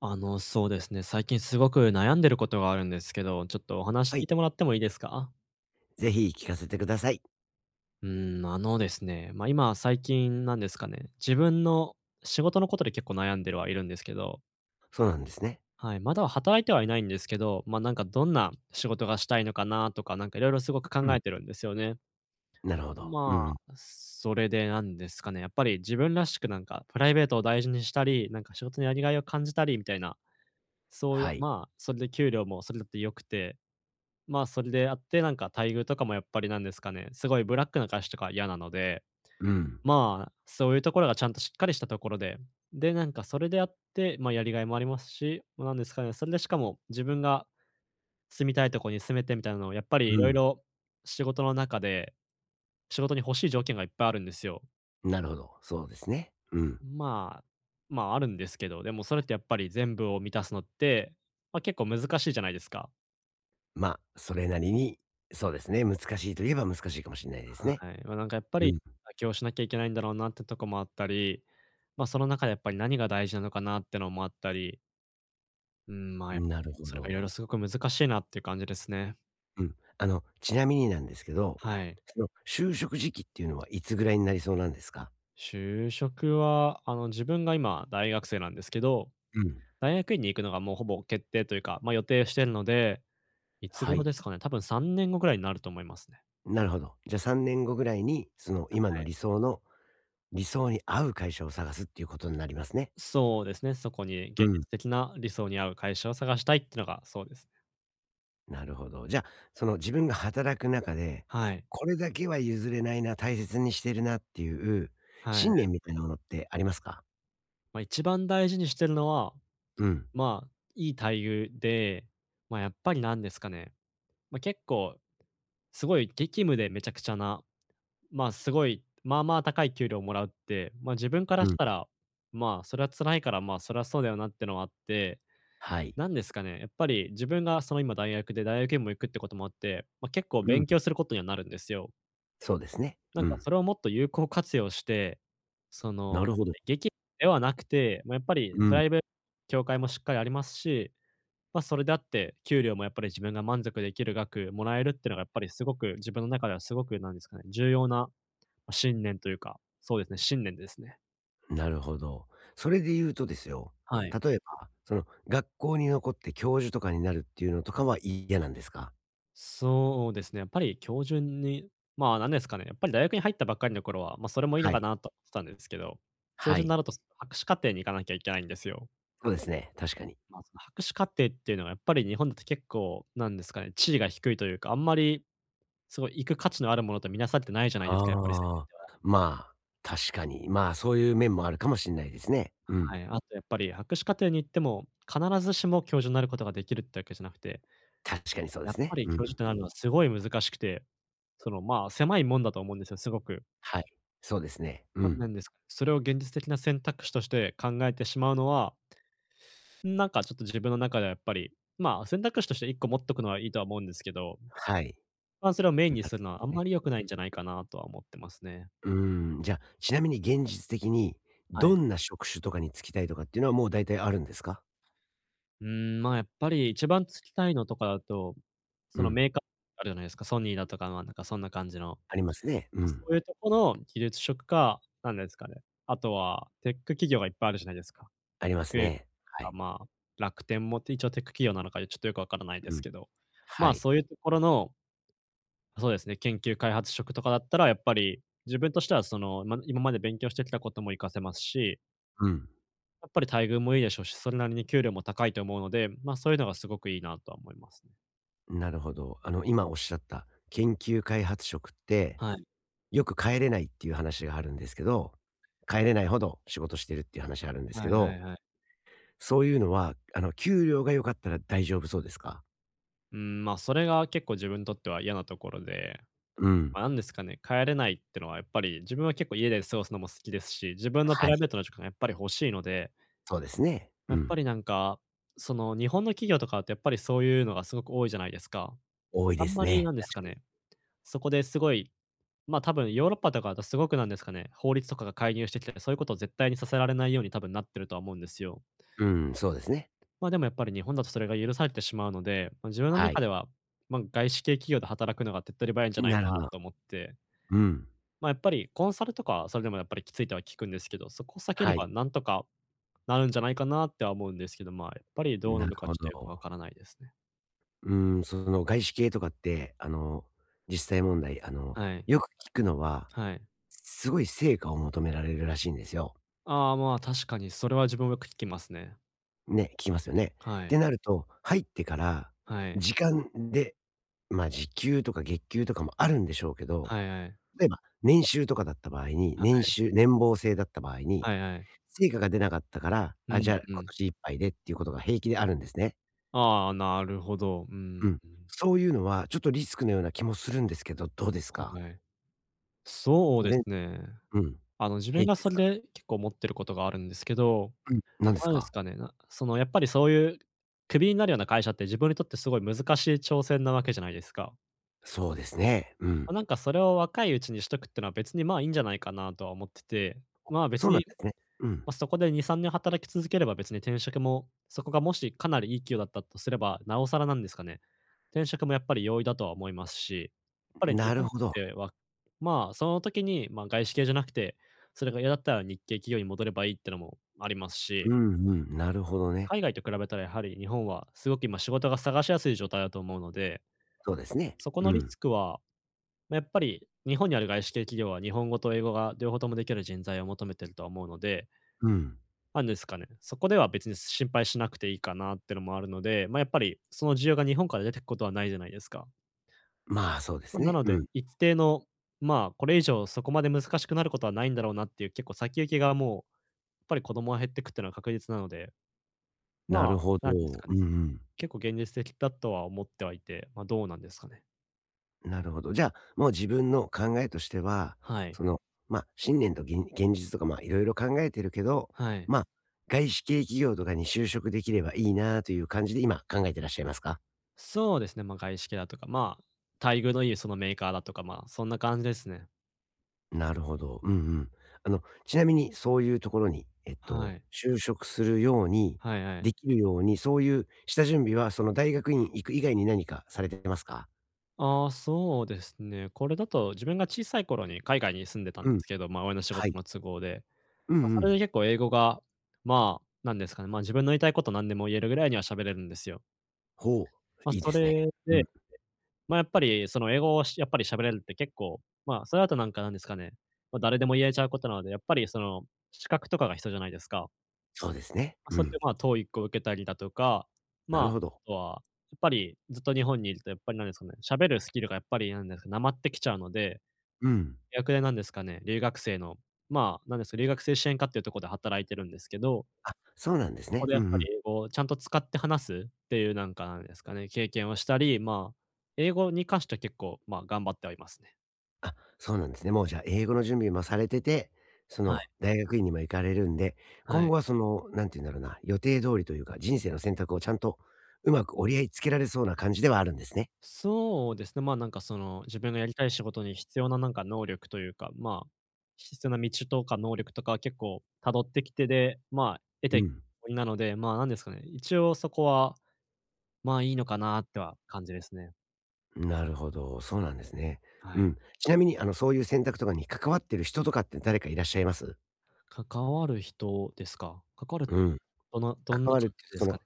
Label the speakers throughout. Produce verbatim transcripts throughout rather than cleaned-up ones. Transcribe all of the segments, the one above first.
Speaker 1: あの、そうですね、最近すごく悩んでることがあるんですけど、ちょっとお話
Speaker 2: は
Speaker 1: 聞い
Speaker 2: い。
Speaker 1: てもらってもいいですか？
Speaker 2: ぜひ聞かせてください。
Speaker 1: うーん、あのですね、ま、今最近なんですかね、自分の仕事のことで結構悩んでるはいるんですけど、
Speaker 2: そうなんですね。
Speaker 1: はい、まだ働いてはいないんですけど、ま、なんかどんな仕事がしたいのかなとか、なんかいろいろすごく
Speaker 2: う
Speaker 1: 考
Speaker 2: ん。
Speaker 1: えてるんですよね。
Speaker 2: なるほど。う
Speaker 1: ま
Speaker 2: ん。
Speaker 1: あ、それでなんですかね、やっぱり自分らしくなんかプライベートを大事にしたり、なんか仕事のやりがいを感じたりみたいな、そういう
Speaker 2: はい。
Speaker 1: まあ、それで給料もそれだって良くて、まあ、それであって、なんか待遇とかもやっぱりなんですかね、すごいブラックな歌手とか嫌なので、
Speaker 2: うん。
Speaker 1: まあ、そういうところがちゃんとしっかりしたところで、で、なんかそれであって、まあ、やりがいもありますし、ま、なんですかね、それでしかも自分が住みたいところに住めてみたいなのをやっぱりい
Speaker 2: う
Speaker 1: ろい
Speaker 2: ん。
Speaker 1: ろ仕事の中で、仕事に欲しい条件がいっぱいあるんですよ。
Speaker 2: なるほど。そうですね。うん。
Speaker 1: まあ、まあ、あるんですけど、でもそれってやっぱり全部を満たすのって、まあ、結構難しいじゃないですか。
Speaker 2: ま、あ、それなりに、そうですね、難しいといえば難しいかもしれないです
Speaker 1: は
Speaker 2: ね。
Speaker 1: い。まあ、なんかやっぱ
Speaker 2: う
Speaker 1: り、妥協しなきゃいけないんだろうなってとこもあったり、ま、その中でやっぱり何が大事なのかなってのもあったり、うん、まあ、
Speaker 2: ん。なるほ
Speaker 1: それがいろい
Speaker 2: ど。
Speaker 1: ろすごく難しいなっていう感じですね。
Speaker 2: うん。あの、ちなみになんですけど、
Speaker 1: はい。
Speaker 2: その、就職時期っていうのはいつぐらいになりそうなんですか？
Speaker 1: 就職は、あの、自分が今大学生なんですけど、
Speaker 2: うん。
Speaker 1: 大学院に行くのがもうほぼ決定というか、ま、予定してるので、いつ
Speaker 2: は
Speaker 1: 頃
Speaker 2: い。
Speaker 1: ですかね、多分さんねんごぐらいになると思いますね。
Speaker 2: なるほど。じゃ、あさんねんごぐらいに、その、今の理想の理想に合う会社を探すっていうことになりますね。
Speaker 1: そうですね、そこに現
Speaker 2: う
Speaker 1: 実
Speaker 2: ん。
Speaker 1: 的な理想に合う会社を探したいっていうのがそうですね。
Speaker 2: なるほど。じゃあ、その自分が働く中で、
Speaker 1: はい。
Speaker 2: これだけは譲れないな、大切にしてるなっていう
Speaker 1: は
Speaker 2: 信
Speaker 1: い。
Speaker 2: 念みたいなものってありますか？
Speaker 1: まあ、一番大事にしてるのは、
Speaker 2: うん、
Speaker 1: まあ、いい待遇で、まあ、やっぱりなんですかね、まあ、結構すごい激務でめちゃくちゃな、まあ、すごい、まあまあ高い給料をもらうって、まあ、自分から
Speaker 2: う
Speaker 1: し
Speaker 2: ん、
Speaker 1: たら、まあ、それは辛いから、まあ、それはそうだよなってのはあって、
Speaker 2: はい。
Speaker 1: なんですかね、やっぱり自分がその今大学で大学院も行くってこともあって、まあ、結構
Speaker 2: うん、
Speaker 1: 勉強することにはなるんですよ。
Speaker 2: そうですね。
Speaker 1: なん
Speaker 2: う
Speaker 1: か
Speaker 2: ん、
Speaker 1: それをもっと有効活用して、そ
Speaker 2: な
Speaker 1: の、
Speaker 2: る
Speaker 1: やっ
Speaker 2: ほ
Speaker 1: ぱ
Speaker 2: ど。
Speaker 1: り激務ではなくて、まあ、やっぱり
Speaker 2: う
Speaker 1: プ
Speaker 2: ん、
Speaker 1: ライベート協会もしっかりありますしまあ、それであって、給料もやっぱり自分が満足できる額もらえるっていうのがやっぱりすごく自分の中ではすごくなんですかね、重要な、ま、信念というか、そうですね、信念ですね。
Speaker 2: なるほど。それで言うとですよ、
Speaker 1: はい。
Speaker 2: 例えば、その学校に残って教授とかになるっていうのとかは嫌なんですか？
Speaker 1: そうですね、やっぱり教授に、まあ、なんですかね、やっぱり大学に入ったばっかりの頃は、ま、それもいいの
Speaker 2: は
Speaker 1: か
Speaker 2: い、
Speaker 1: なと思ってたんですけど、教
Speaker 2: は
Speaker 1: 授に
Speaker 2: い。
Speaker 1: なると博士課程に行かなきゃいけないんですよ。
Speaker 2: そうですね、確かに。
Speaker 1: まあ、その博士課程っていうのはやっぱり日本だと結構なんですかね、地位が低いというか、あんまりすごい行く価値のあるものと見なされてないじゃないですか、やっぱり世
Speaker 2: ああ、まあ、確かに、まあ、そういう面もあるかもしれないですね。う
Speaker 1: は
Speaker 2: ん。
Speaker 1: い、あとやっぱり博士課程に行っても、必ずしも教授になることができるってわけじゃなくて、
Speaker 2: 確かにそうで
Speaker 1: やっ
Speaker 2: す
Speaker 1: ぱ
Speaker 2: ね。
Speaker 1: り
Speaker 2: うん。
Speaker 1: 教授となるのはすごい難しくて、その、まあ、狭いもんだと思うんですよ、すごく。
Speaker 2: はい。そうですね。う
Speaker 1: やっぱりな
Speaker 2: ん。
Speaker 1: んですか、それを現実的な選択肢として考えてしまうのは、なんかちょっと自分の中ではやっぱり、まあ、選択肢としていっこ持っとくのはいいとは思うんですけど、
Speaker 2: はい。
Speaker 1: まあ、それをメインに
Speaker 2: な
Speaker 1: す
Speaker 2: る
Speaker 1: るのは
Speaker 2: ほ
Speaker 1: あん
Speaker 2: ど
Speaker 1: ま
Speaker 2: ね。
Speaker 1: り良くないんじゃないかなとは思ってますね。
Speaker 2: うん、じゃ、あ、ちなみに現実的に、
Speaker 1: は
Speaker 2: ど
Speaker 1: い。
Speaker 2: んな職種とかに就きたいとかっていうのはもう大体あるんですか？
Speaker 1: うーん、まあ、やっぱり一番つきたいのとかだと、そ
Speaker 2: う
Speaker 1: の
Speaker 2: ん。
Speaker 1: メーカーあるじゃないですか、ソニーだとか、まあ、なんかそんな感じの
Speaker 2: ありますね。う
Speaker 1: まそ
Speaker 2: ん。
Speaker 1: ういうとこの技術職か、なんですかね、あとはテック企業がいっぱいあるじゃないですか。
Speaker 2: あります
Speaker 1: で、
Speaker 2: ね。は
Speaker 1: あ、
Speaker 2: い。
Speaker 1: まあ、楽天も一応テック企業なのか、ちょっとよくわからないで
Speaker 2: う
Speaker 1: す
Speaker 2: ん。
Speaker 1: けど、ま
Speaker 2: は
Speaker 1: あ、
Speaker 2: い。
Speaker 1: そういうところの、そうですね、研究開発職とかだったらやっぱり、自分としてはその、ま、今まで勉強してきたことも活かせますし、
Speaker 2: うん。
Speaker 1: やっぱり待遇もいいでしょうし、それなりに給料も高いと思うので、ま、そういうのがすごくいいなとは思いますね。
Speaker 2: なるほど。あの、今おっしゃった研究開発職って、
Speaker 1: はい。
Speaker 2: よく帰れないっていう話があるんですけど、帰れないほど仕事してるっていう話あるんですけ
Speaker 1: はいは
Speaker 2: ど、
Speaker 1: いはい。
Speaker 2: そういうのは、あの、給料が良かったら大丈夫そうですか？
Speaker 1: うん、ま、それが結構自分にとっては嫌なところで
Speaker 2: うん。
Speaker 1: ま、なんですかね、帰れないってのはやっぱり、自分は結構家で過ごすのも好きですし、自分のプ
Speaker 2: は
Speaker 1: ライベー
Speaker 2: い、
Speaker 1: トな時間がやっぱり欲しいので、
Speaker 2: そうですね。
Speaker 1: や
Speaker 2: う
Speaker 1: っぱ
Speaker 2: ん。
Speaker 1: りなんか、その日本の企業とかってやっぱりそういうのがすごく多いじゃないですか。
Speaker 2: 多い
Speaker 1: あ
Speaker 2: で
Speaker 1: ん
Speaker 2: す
Speaker 1: まり
Speaker 2: ね、
Speaker 1: なんですか
Speaker 2: 確かに。
Speaker 1: ね、そこですごい、ま、多分ヨーロッパとかだとすごくなんですかね、法律とかが介入してきて、そういうことを絶対にさせられないように多分なってるとは思うんですよ。
Speaker 2: うん、そうですね。
Speaker 1: ま、でもやっぱり日本だとそれが許されてしまうので、ま、自分の
Speaker 2: はい。
Speaker 1: 中では、ま、外資系企業で働くのが手っ取り早いんじゃない
Speaker 2: な
Speaker 1: か
Speaker 2: るほ
Speaker 1: な
Speaker 2: ど。
Speaker 1: と思って、
Speaker 2: うん。
Speaker 1: まあ、やっぱりコンサルとか、それでもやっぱりきついとは聞くんですけど、そこを避けれ
Speaker 2: は
Speaker 1: ば
Speaker 2: い。
Speaker 1: なんとかなるんじゃないかなっては思うんですけど、まあ、やっぱりどうな
Speaker 2: なる
Speaker 1: のか
Speaker 2: ほ
Speaker 1: ちょっとよくわ
Speaker 2: ど。
Speaker 1: からないですね。
Speaker 2: うん、その外資系とかって、あの、実際問題、あの、
Speaker 1: はい。
Speaker 2: よく聞くのは、
Speaker 1: はい。
Speaker 2: すごい成果を求められるらしいんですよ。
Speaker 1: ああ、まあ、確かにそれは自分もよく聞きますね。
Speaker 2: ね、聞きますよね。
Speaker 1: は
Speaker 2: っ
Speaker 1: い。
Speaker 2: てなると、入ってから、
Speaker 1: はい。
Speaker 2: 時間で、まあ、時給とか月給とかもあるんでしょうけど、
Speaker 1: はいはい。
Speaker 2: 例えば、年収とかだった場合に、年収年俸制だった場合に
Speaker 1: はいはいはい。
Speaker 2: 成果が出なかったから、
Speaker 1: う
Speaker 2: あ、じ
Speaker 1: ん
Speaker 2: ゃあ、
Speaker 1: う
Speaker 2: 今
Speaker 1: ん。
Speaker 2: 年いっぱいでっていうことが平気であるんですね。
Speaker 1: ああ、なるほど。うん
Speaker 2: うん。
Speaker 1: うん。
Speaker 2: そういうのはちょっとリスクのような気もするんですけど、どうですか？
Speaker 1: はい。そう
Speaker 2: 全
Speaker 1: です
Speaker 2: 然
Speaker 1: ね。
Speaker 2: うん。
Speaker 1: あの、自分
Speaker 2: 平
Speaker 1: が
Speaker 2: 気で
Speaker 1: そ
Speaker 2: す
Speaker 1: れ
Speaker 2: か？
Speaker 1: で結構思ってることがあるんですけど
Speaker 2: うん。何です
Speaker 1: なんです
Speaker 2: か？
Speaker 1: かね、なそのやっぱりそういうクビになるような会社って自分にとってすごい難しい挑戦なわけじゃないですか。
Speaker 2: そうですね。う
Speaker 1: ま、
Speaker 2: ん。
Speaker 1: なんかそれを若いうちにしとくってのは別にまあいいんじゃないかなとは思ってて、まあ別
Speaker 2: そうなん
Speaker 1: に、
Speaker 2: ですね。うん。
Speaker 1: ま、そこでに、さんねん働き続ければ別に転職も、そこがもしかなりいい企業だったとすれば、なおさらなんですかね、転職もやっぱり容易だとは思いますし、やっぱり日
Speaker 2: なる
Speaker 1: 本っ
Speaker 2: ほど。
Speaker 1: てはまあその時に、ま、外資系じゃなくて、それが嫌だったら日系企業に戻ればいいってのもあります
Speaker 2: う
Speaker 1: し
Speaker 2: んうん、なるほどね。
Speaker 1: 海外と比べたらやはり日本はすごく今仕事が探しやすい状態だと思うので、
Speaker 2: そうですね。
Speaker 1: そこの
Speaker 2: う
Speaker 1: リ
Speaker 2: ん。
Speaker 1: スクは、ま、やっぱり日本にある外資系企業は日本語と英語が両方ともできる人材を求めてるとは思うので、
Speaker 2: うん。
Speaker 1: なんですかね、そこでは別に心配しなくていいかなってのもあるので、ま、やっぱりその需要が日本から出てくことはないじゃないですか。
Speaker 2: まあ、そうで
Speaker 1: ま、
Speaker 2: す
Speaker 1: な
Speaker 2: ね。
Speaker 1: の
Speaker 2: う
Speaker 1: で、
Speaker 2: ん。
Speaker 1: 一定の、まあ、これ以上そこまで難しくなることはないんだろうなっていう結構先行きがもう、やっぱり子供は減ってくってのは確実なので、
Speaker 2: な
Speaker 1: まあ、
Speaker 2: るほ
Speaker 1: なんです
Speaker 2: ど。
Speaker 1: かね
Speaker 2: うんうん。
Speaker 1: 結構現実的だとは思ってはいて、まあ、どうなんですかね。
Speaker 2: なるほど。じゃあ、もう自分の考えとしては、
Speaker 1: はい。
Speaker 2: その、ま、あ信念と現現実とか、ま、あいろいろ考えてるけど、
Speaker 1: はい。
Speaker 2: ま、あ外資系企業とかに就職できればいいなという感じで今考えてらっしゃいますか？
Speaker 1: そうですね、まあ、外資系だとか、まあ、待遇のいいそのメーカーだとか、まあ、そんな感じですね。
Speaker 2: なるほど。うんうん。あの、ちなみにそういうところに、えっ
Speaker 1: は
Speaker 2: と、
Speaker 1: い。
Speaker 2: 就職するように、
Speaker 1: はいはい。
Speaker 2: できるように、そういう下準備はその大学院行く以外に何かされてますか？
Speaker 1: ああ、そうですね。これだと自分が小さい頃に海外に住んでたん
Speaker 2: う
Speaker 1: で
Speaker 2: ん、
Speaker 1: すけど、まあ、親の仕
Speaker 2: は
Speaker 1: 事
Speaker 2: い。
Speaker 1: の都合で。
Speaker 2: うん
Speaker 1: まあ、
Speaker 2: う
Speaker 1: それ
Speaker 2: ん。
Speaker 1: で結構英語が、まあ、なんですかね、まあ、自分の言いたいこと何でも言えるぐらいには喋れるんですよ。
Speaker 2: ほう、
Speaker 1: まあ、
Speaker 2: いいで
Speaker 1: そ
Speaker 2: すね。
Speaker 1: れ
Speaker 2: う
Speaker 1: で
Speaker 2: ん、
Speaker 1: まあ、やっぱりその英語をしやっぱり喋れるって結構、まあ、それだとなんかなんですかね、ま、誰でも言えちゃうことなので、やっぱりその資格とかが必要じゃないですか。
Speaker 2: そうですね。
Speaker 1: ま、
Speaker 2: う
Speaker 1: それで
Speaker 2: ん、
Speaker 1: まあ、トーイック を受けたりだとか、
Speaker 2: な
Speaker 1: まあ、
Speaker 2: るほ
Speaker 1: あ
Speaker 2: ど。
Speaker 1: とはやっぱりずっと日本にいるとやっぱりなんですかね、喋るスキルがやっぱりなんですか、なまってきちゃうので、
Speaker 2: うん。
Speaker 1: 逆でなんですかね、留学生の、まあ、なんですか、留学生支援課っていうとこで働いてるんですけど、
Speaker 2: あ、そうなんです
Speaker 1: そこ
Speaker 2: ね。
Speaker 1: で
Speaker 2: う
Speaker 1: やっ
Speaker 2: んう
Speaker 1: ぱり
Speaker 2: ん。
Speaker 1: 英語をちゃんと使って話すっていうなんかなんですかね、経験をしたり、まあ、英語に関しては結構、まあ、頑張ってはいますね。
Speaker 2: あ、そうなんですね。もうじゃあ英語の準備もされてて、そ
Speaker 1: は
Speaker 2: の
Speaker 1: い、
Speaker 2: 大学院にも行かれるんで、
Speaker 1: は
Speaker 2: 今
Speaker 1: い。
Speaker 2: 後はその、なんて言うんだろうな、予定通りというか、人生の選択をちゃんとうまく折り合いつけられそうな感じではあるんですね。
Speaker 1: そうですね、まあ、なんかその、自分がやりたい仕事に必要ななんか能力というか、まあ、必要な道とか能力とかは結構辿ってきてで、まあ、得て
Speaker 2: う
Speaker 1: き
Speaker 2: ん。
Speaker 1: たなので、まあ、なんですかね、一応そこは、まあ、いいのかなっては感じですね。
Speaker 2: なるほど。そうなんですね。
Speaker 1: は
Speaker 2: う
Speaker 1: い。
Speaker 2: ん。ちなみに、あの、そういう選択とかに関わってる人とかって誰かいらっしゃいます？
Speaker 1: 関わる人ですか？関わる
Speaker 2: うん。
Speaker 1: どのど
Speaker 2: 関
Speaker 1: んな感
Speaker 2: わるって、
Speaker 1: じで
Speaker 2: そ
Speaker 1: すか
Speaker 2: の、
Speaker 1: ね？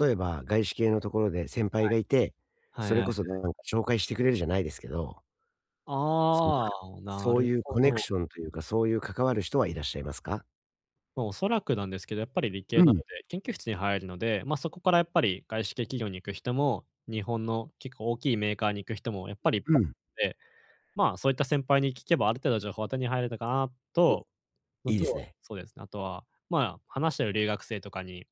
Speaker 2: 例えば外資系のところで先輩がいて、
Speaker 1: は
Speaker 2: そ
Speaker 1: い
Speaker 2: れ
Speaker 1: はい。
Speaker 2: こそなんか紹介してくれるじゃないですけど、そ
Speaker 1: ああ、な
Speaker 2: そう
Speaker 1: る
Speaker 2: いう
Speaker 1: ほ
Speaker 2: コネク
Speaker 1: ど。
Speaker 2: ションというか、そういう関わる人はいらっしゃいますか？
Speaker 1: まあ、おそらくなんですけど、やっぱり理
Speaker 2: う
Speaker 1: 系なので、
Speaker 2: ん、
Speaker 1: 研究室に入るので、まあ、そこからやっぱり外資系企業に行く人も、日本の結構大きいメーカーに行く人もやっぱりいっ
Speaker 2: う
Speaker 1: ぱ
Speaker 2: ん。
Speaker 1: いいて、まあ、そういった先輩に聞けばある程度情報は手に入れたかな
Speaker 2: お、
Speaker 1: と、の
Speaker 2: いい
Speaker 1: と、
Speaker 2: ですね。
Speaker 1: そうですね、あとは、まあ、話してる留学生とかに、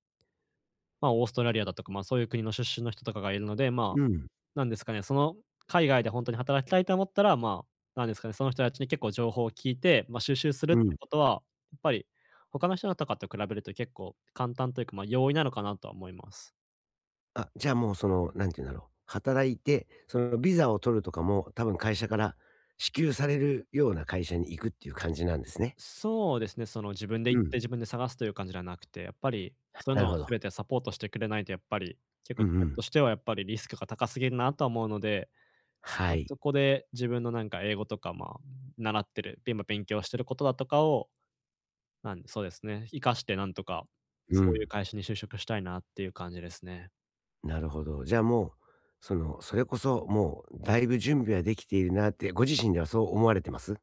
Speaker 1: まあ、オーストラリアだとか、まあ、そういう国の出身の人とかがいるので、まあ、
Speaker 2: うん、
Speaker 1: なんですかね、その海外で本当に働きたいと思ったら、まあ、なんですかね、その人たちに結構情報を聞いて、まあ、収集するっ
Speaker 2: う
Speaker 1: て
Speaker 2: ん。
Speaker 1: ことは、やっぱり他の人のとかと比べると結構簡単というか、まあ、容易なのかなとは思います。
Speaker 2: あ、じゃあもうその、なんて言うんだろう、働いて、そのビザを取るとかも、多分会社から支給されるような会社に行くっていう感じなんですね。
Speaker 1: そうですね、その自分で
Speaker 2: う
Speaker 1: 行っ
Speaker 2: ん。
Speaker 1: て自分で探すという感じではなくて、やっぱりそういう
Speaker 2: なる
Speaker 1: のを
Speaker 2: ほど。
Speaker 1: 全てサポートしてくれないとやっぱり、結構
Speaker 2: う
Speaker 1: 自
Speaker 2: んう
Speaker 1: 分
Speaker 2: ん。
Speaker 1: としてはやっぱりリスクが高すぎるなとは思うので、ま
Speaker 2: は
Speaker 1: あ、
Speaker 2: い。
Speaker 1: そこで自分のなんか英語とか、まあ、習ってる、今勉強してることだとかをなんでそうですね、活かしてなんとか、
Speaker 2: う
Speaker 1: そういう
Speaker 2: ん、
Speaker 1: 会社に就職したいなっていう感じですね。
Speaker 2: なるほど。じゃあもう、その、それこそもうだいぶ準備はできているなって、ご自身ではそう思われてます？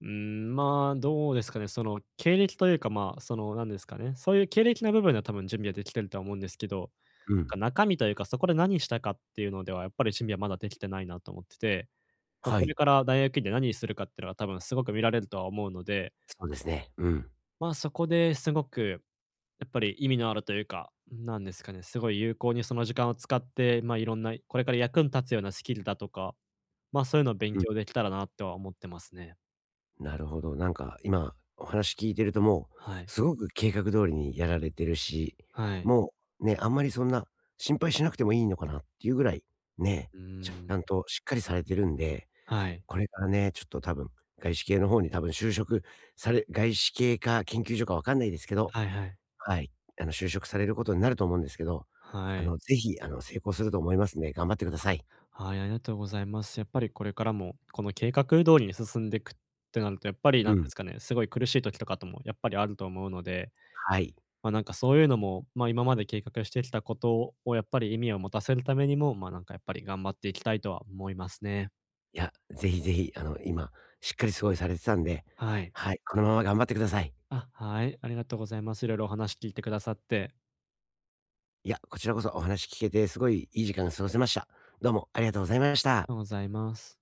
Speaker 1: うーん、まあ、どうですかね、その経歴というか、まあ、その、なんですかね、そういう経歴の部分では多分準備はできてるとは思うんですけど、
Speaker 2: う
Speaker 1: なん
Speaker 2: ん。
Speaker 1: か中身というか、そこで何したかっていうのでは、やっぱり準備はまだできてないなと思ってて、まあ、
Speaker 2: は
Speaker 1: これ
Speaker 2: い、
Speaker 1: から大学院で何するかっていうのは多分すごく見られるとは思うので、
Speaker 2: そうですね。うん
Speaker 1: まあ、そこですごくやっぱり意味のあるというか、なんですかね、すごい有効にその時間を使って、まあ、いろんな、これから役に立つようなスキルだとか、まあ、そういうのを勉
Speaker 2: うん。
Speaker 1: 強できたらなっては思ってますね。
Speaker 2: なるほど。なんか今お話聞いてるともう、
Speaker 1: はい。
Speaker 2: すごく計画通りにやられてるし、
Speaker 1: はい。
Speaker 2: もうね、あんまりそんな心配しなくてもいいのかなっていうぐらい、ね、
Speaker 1: う
Speaker 2: ち
Speaker 1: ー
Speaker 2: ゃん
Speaker 1: ん。
Speaker 2: としっかりされてるんで、
Speaker 1: はい。
Speaker 2: これからね、ちょっと多分、外資系の方に多分就職され外資系か研究所かわかんないですけど、
Speaker 1: はいはい。
Speaker 2: はい、あの就職されることになると思うんですけど、
Speaker 1: は
Speaker 2: あ
Speaker 1: い。
Speaker 2: の、ぜひ、あの、成功すると思いますんで、頑張ってください。
Speaker 1: はい、ありがとうございます。やっぱりこれからも、この計画通りに進んでいくってなると、やっぱりな
Speaker 2: う
Speaker 1: んで
Speaker 2: ん。
Speaker 1: すかね、すごい苦しい時とかともやっぱりあると思うので
Speaker 2: はい。
Speaker 1: まあ、なんかそういうのも、まあ、今まで計画してきたことをやっぱり意味を持たせるためにも、まあ、なんかやっぱり頑張っていきたいとは思いますね。
Speaker 2: いや、ぜひぜひ、あの、今、しっかりすごいされてたんで、
Speaker 1: はい。
Speaker 2: はい、このまま頑張ってください。
Speaker 1: あ、はい、ありがとうございます。いろいろお話聞いてくださって。
Speaker 2: いや、こちらこそお話聞けて、すごいいい時間が過ごせました。どうもありがとうございまし
Speaker 1: ありが
Speaker 2: た。
Speaker 1: とうございます。